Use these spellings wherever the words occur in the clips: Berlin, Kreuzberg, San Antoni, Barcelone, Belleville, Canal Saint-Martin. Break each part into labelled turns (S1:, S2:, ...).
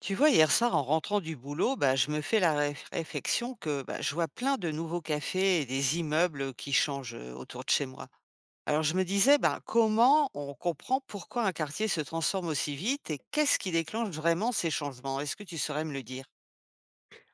S1: Tu vois, hier soir, en rentrant du boulot, bah, je me fais la réflexion que bah, je vois plein de nouveaux cafés et des immeubles qui changent autour de chez moi. Alors je me disais, bah, comment on comprend pourquoi un quartier se transforme aussi vite et qu'est-ce qui déclenche vraiment ces changements? Est-ce que tu saurais me le dire?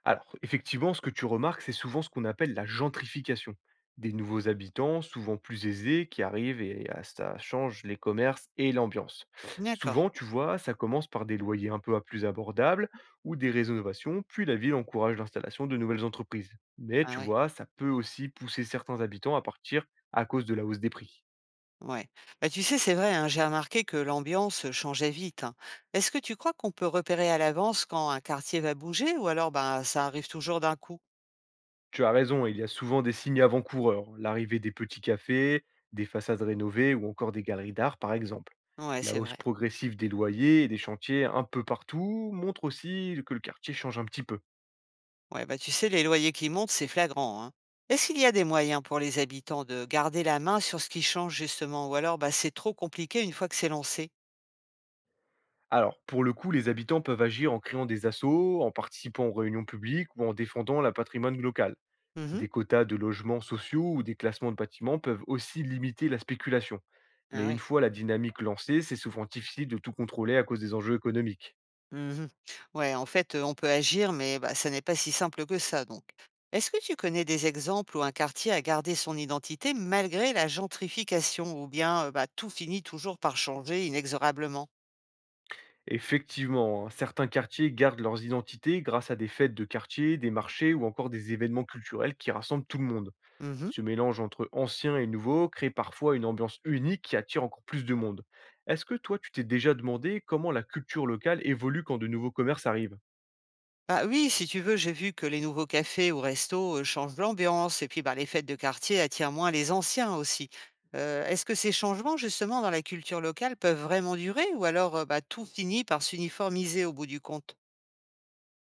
S2: Alors, effectivement, ce que tu remarques, c'est souvent ce qu'on appelle la gentrification. Des nouveaux habitants, souvent plus aisés, qui arrivent et ça change les commerces et l'ambiance.
S1: D'accord.
S2: Souvent, tu vois, ça commence par des loyers un peu à plus abordables ou des rénovations, puis la ville encourage l'installation de nouvelles entreprises. Mais
S1: Ah
S2: tu
S1: ouais.
S2: vois, ça peut aussi pousser certains habitants à partir à cause de la hausse des prix.
S1: Ouais. Bah, tu sais, c'est vrai, hein, j'ai remarqué que l'ambiance changeait vite. Hein. Est-ce que tu crois qu'on peut repérer à l'avance quand un quartier va bouger ou alors bah, ça arrive toujours d'un coup?
S2: Tu as raison, il y a souvent des signes avant-coureurs, l'arrivée des petits cafés, des façades rénovées ou encore des galeries d'art par exemple.
S1: Ouais,
S2: La
S1: c'est
S2: hausse
S1: vrai.
S2: progressive des loyers et des chantiers un peu partout montre aussi que le quartier change un petit peu.
S1: Ouais, bah, tu sais, les loyers qui montent, c'est flagrant. Hein. Est-ce qu'il y a des moyens pour les habitants de garder la main sur ce qui change justement? Ou alors, bah, c'est trop compliqué une fois que c'est lancé?
S2: Alors, pour le coup, les habitants peuvent agir en créant des assauts, en participant aux réunions publiques ou en défendant la patrimoine local.
S1: Mhm.
S2: Des quotas de logements sociaux ou des classements de bâtiments peuvent aussi limiter la spéculation.
S1: Ah
S2: Mais une
S1: ouais.
S2: fois la dynamique lancée, c'est souvent difficile de tout contrôler à cause des enjeux économiques.
S1: Mhm. Ouais, en fait, on peut agir, mais bah, ça n'est pas si simple que ça. Donc, est-ce que tu connais des exemples où un quartier a gardé son identité malgré la gentrification? Ou bien bah, tout finit toujours par changer inexorablement?
S2: Effectivement, hein, certains quartiers gardent leurs identités grâce à des fêtes de quartier, des marchés ou encore des événements culturels qui rassemblent tout le monde. Ce mélange entre ancien et nouveau crée parfois une ambiance unique qui attire encore plus de monde. Est-ce que toi, tu t'es déjà demandé comment la culture locale évolue quand de nouveaux commerces arrivent?
S1: Bah, oui, si tu veux, j'ai vu que les nouveaux cafés ou restos, changent l'ambiance et puis, bah, les fêtes de quartier attirent moins les anciens aussi. Est-ce que ces changements justement dans la culture locale peuvent vraiment durer ou alors, bah, tout finit par s'uniformiser au bout du compte?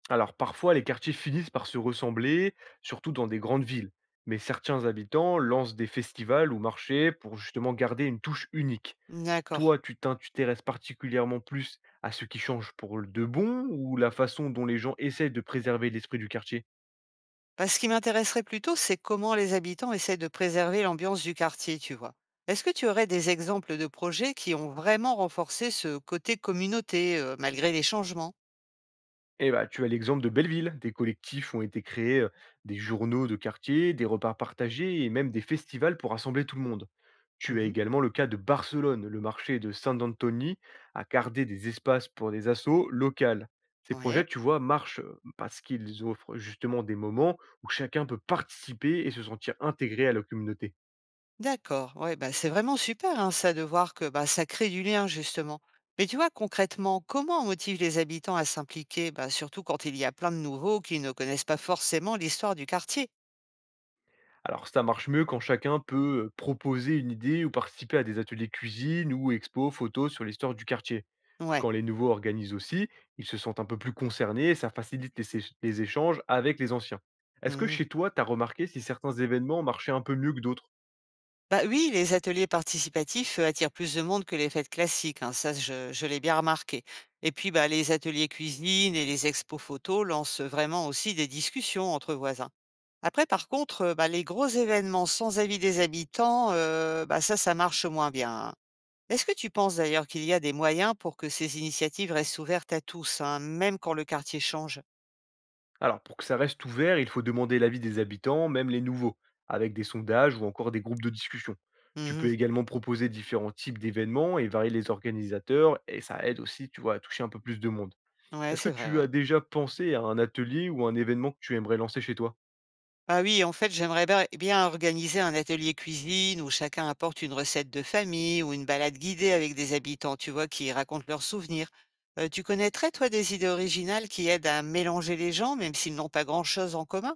S2: Alors parfois, les quartiers finissent par se ressembler, surtout dans des grandes villes. Mais certains habitants lancent des festivals ou marchés pour justement garder une touche unique.
S1: D'accord.
S2: Toi, tu t'intéresses particulièrement plus à ce qui change pour le de bon ou la façon dont les gens essaient de préserver l'esprit du quartier?
S1: Bah, ce qui m'intéresserait plutôt, c'est comment les habitants essaient de préserver l'ambiance du quartier, tu vois? Est-ce que tu aurais des exemples de projets qui ont vraiment renforcé ce côté communauté, malgré les changements?
S2: Eh ben, tu as l'exemple de Belleville. Des collectifs ont été créés, des journaux de quartier, des repas partagés et même des festivals pour rassembler tout le monde. Tu as
S1: Mmh.
S2: également le cas de Barcelone. Le marché de San Antoni a gardé des espaces pour des assos locales. Ces
S1: Ouais.
S2: projets, tu vois, marchent, parce qu'ils offrent justement des moments où chacun peut participer et se sentir intégré à la communauté.
S1: D'accord, ouais, bah, c'est vraiment super hein, ça de voir que bah, ça crée du lien justement. Mais tu vois, concrètement, comment on motive les habitants à s'impliquer, bah, surtout quand il y a plein de nouveaux qui ne connaissent pas forcément l'histoire du quartier?
S2: Alors ça marche mieux quand chacun peut proposer une idée ou participer à des ateliers cuisine ou expos photos sur l'histoire du quartier.
S1: Ouais.
S2: Quand les nouveaux organisent aussi, ils se sentent un peu plus concernés et ça facilite les échanges avec les anciens. Est-ce que
S1: Mhm.
S2: chez toi, tu as remarqué si certains événements marchaient un peu mieux que d'autres?
S1: Bah oui, les ateliers participatifs attirent plus de monde que les fêtes classiques, hein, ça je l'ai bien remarqué. Et puis bah, les ateliers cuisine et les expos photos lancent vraiment aussi des discussions entre voisins. Après, par contre, bah, les gros événements sans avis des habitants, bah, ça marche moins bien. Hein. Est-ce que tu penses d'ailleurs qu'il y a des moyens pour que ces initiatives restent ouvertes à tous, hein, même quand le quartier change?
S2: Alors pour que ça reste ouvert, il faut demander l'avis des habitants, même les nouveaux, avec des sondages ou encore des groupes de discussion. Tu peux
S1: Mmh.
S2: également proposer différents types d'événements et varier les organisateurs et ça aide aussi, tu vois, à toucher un peu plus de monde.
S1: Ouais,
S2: Est-ce que
S1: c'est vrai,
S2: tu
S1: ouais.
S2: as déjà pensé à un atelier ou un événement que tu aimerais lancer chez toi?
S1: Ah oui, en fait, j'aimerais bien eh bien organiser un atelier cuisine où chacun apporte une recette de famille ou une balade guidée avec des habitants, tu vois, qui racontent leurs souvenirs. Tu connaîtrais, toi, des idées originales qui aident à mélanger les gens, même s'ils n'ont pas grand-chose en commun?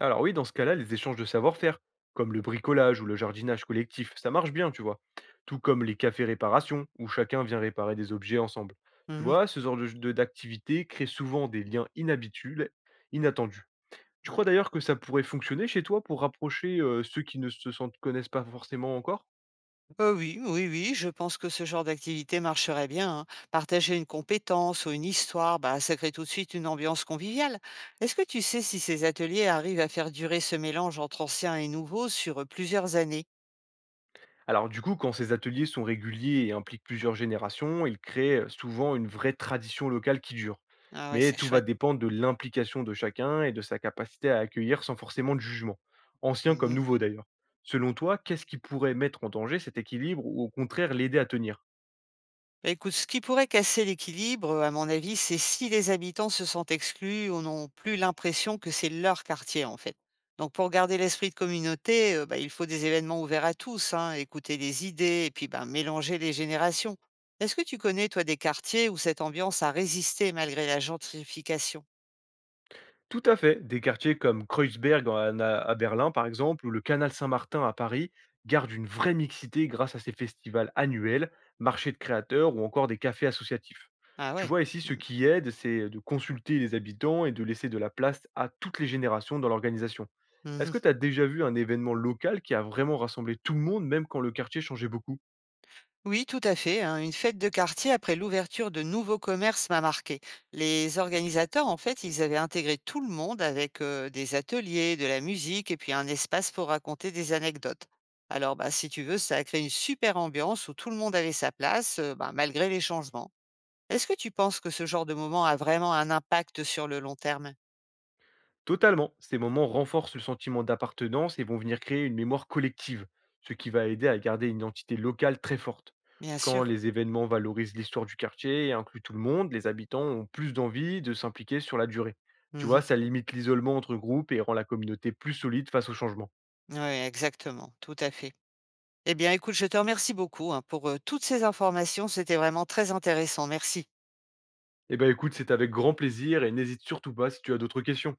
S2: Alors oui, dans ce cas-là, les échanges de savoir-faire, comme le bricolage ou le jardinage collectif, ça marche bien, tu vois. Tout comme les cafés réparations, où chacun vient réparer des objets ensemble. Tu
S1: Mmh.
S2: vois, ce genre d'activité crée souvent des liens inhabituels, inattendus. Tu crois d'ailleurs que ça pourrait fonctionner chez toi pour rapprocher ceux qui ne se sentent- connaissent pas forcément encore?
S1: Oui, oui, oui, je pense que ce genre d'activité marcherait bien, hein. Partager une compétence ou une histoire, bah, ça crée tout de suite une ambiance conviviale. Est-ce que tu sais si ces ateliers arrivent à faire durer ce mélange entre anciens et nouveaux sur, plusieurs années?
S2: Alors du coup, quand ces ateliers sont réguliers et impliquent plusieurs générations, ils créent souvent une vraie tradition locale qui dure.
S1: Ah ouais,
S2: Mais
S1: c'est
S2: tout va
S1: chouette.
S2: dépendre de l'implication de chacun et de sa capacité à accueillir sans forcément de jugement, ancien comme
S1: Mmh.
S2: nouveau d'ailleurs. Selon toi, qu'est-ce qui pourrait mettre en danger cet équilibre ou au contraire l'aider à tenir?
S1: Bah, écoute, ce qui pourrait casser l'équilibre, à mon avis, c'est si les habitants se sentent exclus ou n'ont plus l'impression que c'est leur quartier, en fait. Donc pour garder l'esprit de communauté, bah, il faut des événements ouverts à tous, hein, écouter les idées et puis, ben, mélanger les générations. Est-ce que tu connais, toi, des quartiers où cette ambiance a résisté malgré la gentrification?
S2: Tout à fait. Des quartiers comme Kreuzberg à Berlin, par exemple, ou le Canal Saint-Martin à Paris, gardent une vraie mixité grâce à ces festivals annuels, marchés de créateurs ou encore des cafés associatifs.
S1: Ah
S2: Tu
S1: ouais.
S2: vois ici,
S1: Mmh.
S2: ce qui aide, c'est de consulter les habitants et de laisser de la place à toutes les générations dans l'organisation. Est-ce que
S1: Mmh.
S2: tu as déjà vu un événement local qui a vraiment rassemblé tout le monde, même quand le quartier changeait beaucoup?
S1: Oui, tout à fait. Hein. Une fête de quartier après l'ouverture de nouveaux commerces m'a marqué. Les organisateurs, en fait, ils avaient intégré tout le monde avec des ateliers, de la musique et puis un espace pour raconter des anecdotes. Alors, bah, si tu veux, ça a créé une super ambiance où tout le monde avait sa place, bah, malgré les changements. Est-ce que tu penses que ce genre de moment a vraiment un impact sur le long terme?
S2: Totalement. Ces moments renforcent le sentiment d'appartenance et vont venir créer une mémoire collective, ce qui va aider à garder une identité locale très forte.
S1: Bien
S2: Quand
S1: sûr.
S2: les événements valorisent l'histoire du quartier et incluent tout le monde, les habitants ont plus d'envie de s'impliquer sur la durée. Tu vois, ça limite l'isolement entre groupes et rend la communauté plus solide face au changement.
S1: Oui, exactement. Tout à fait. Eh bien, écoute, je te remercie beaucoup hein, pour toutes ces informations. C'était vraiment très intéressant. Merci.
S2: Eh ben écoute, c'est avec grand plaisir et n'hésite surtout pas si tu as d'autres questions.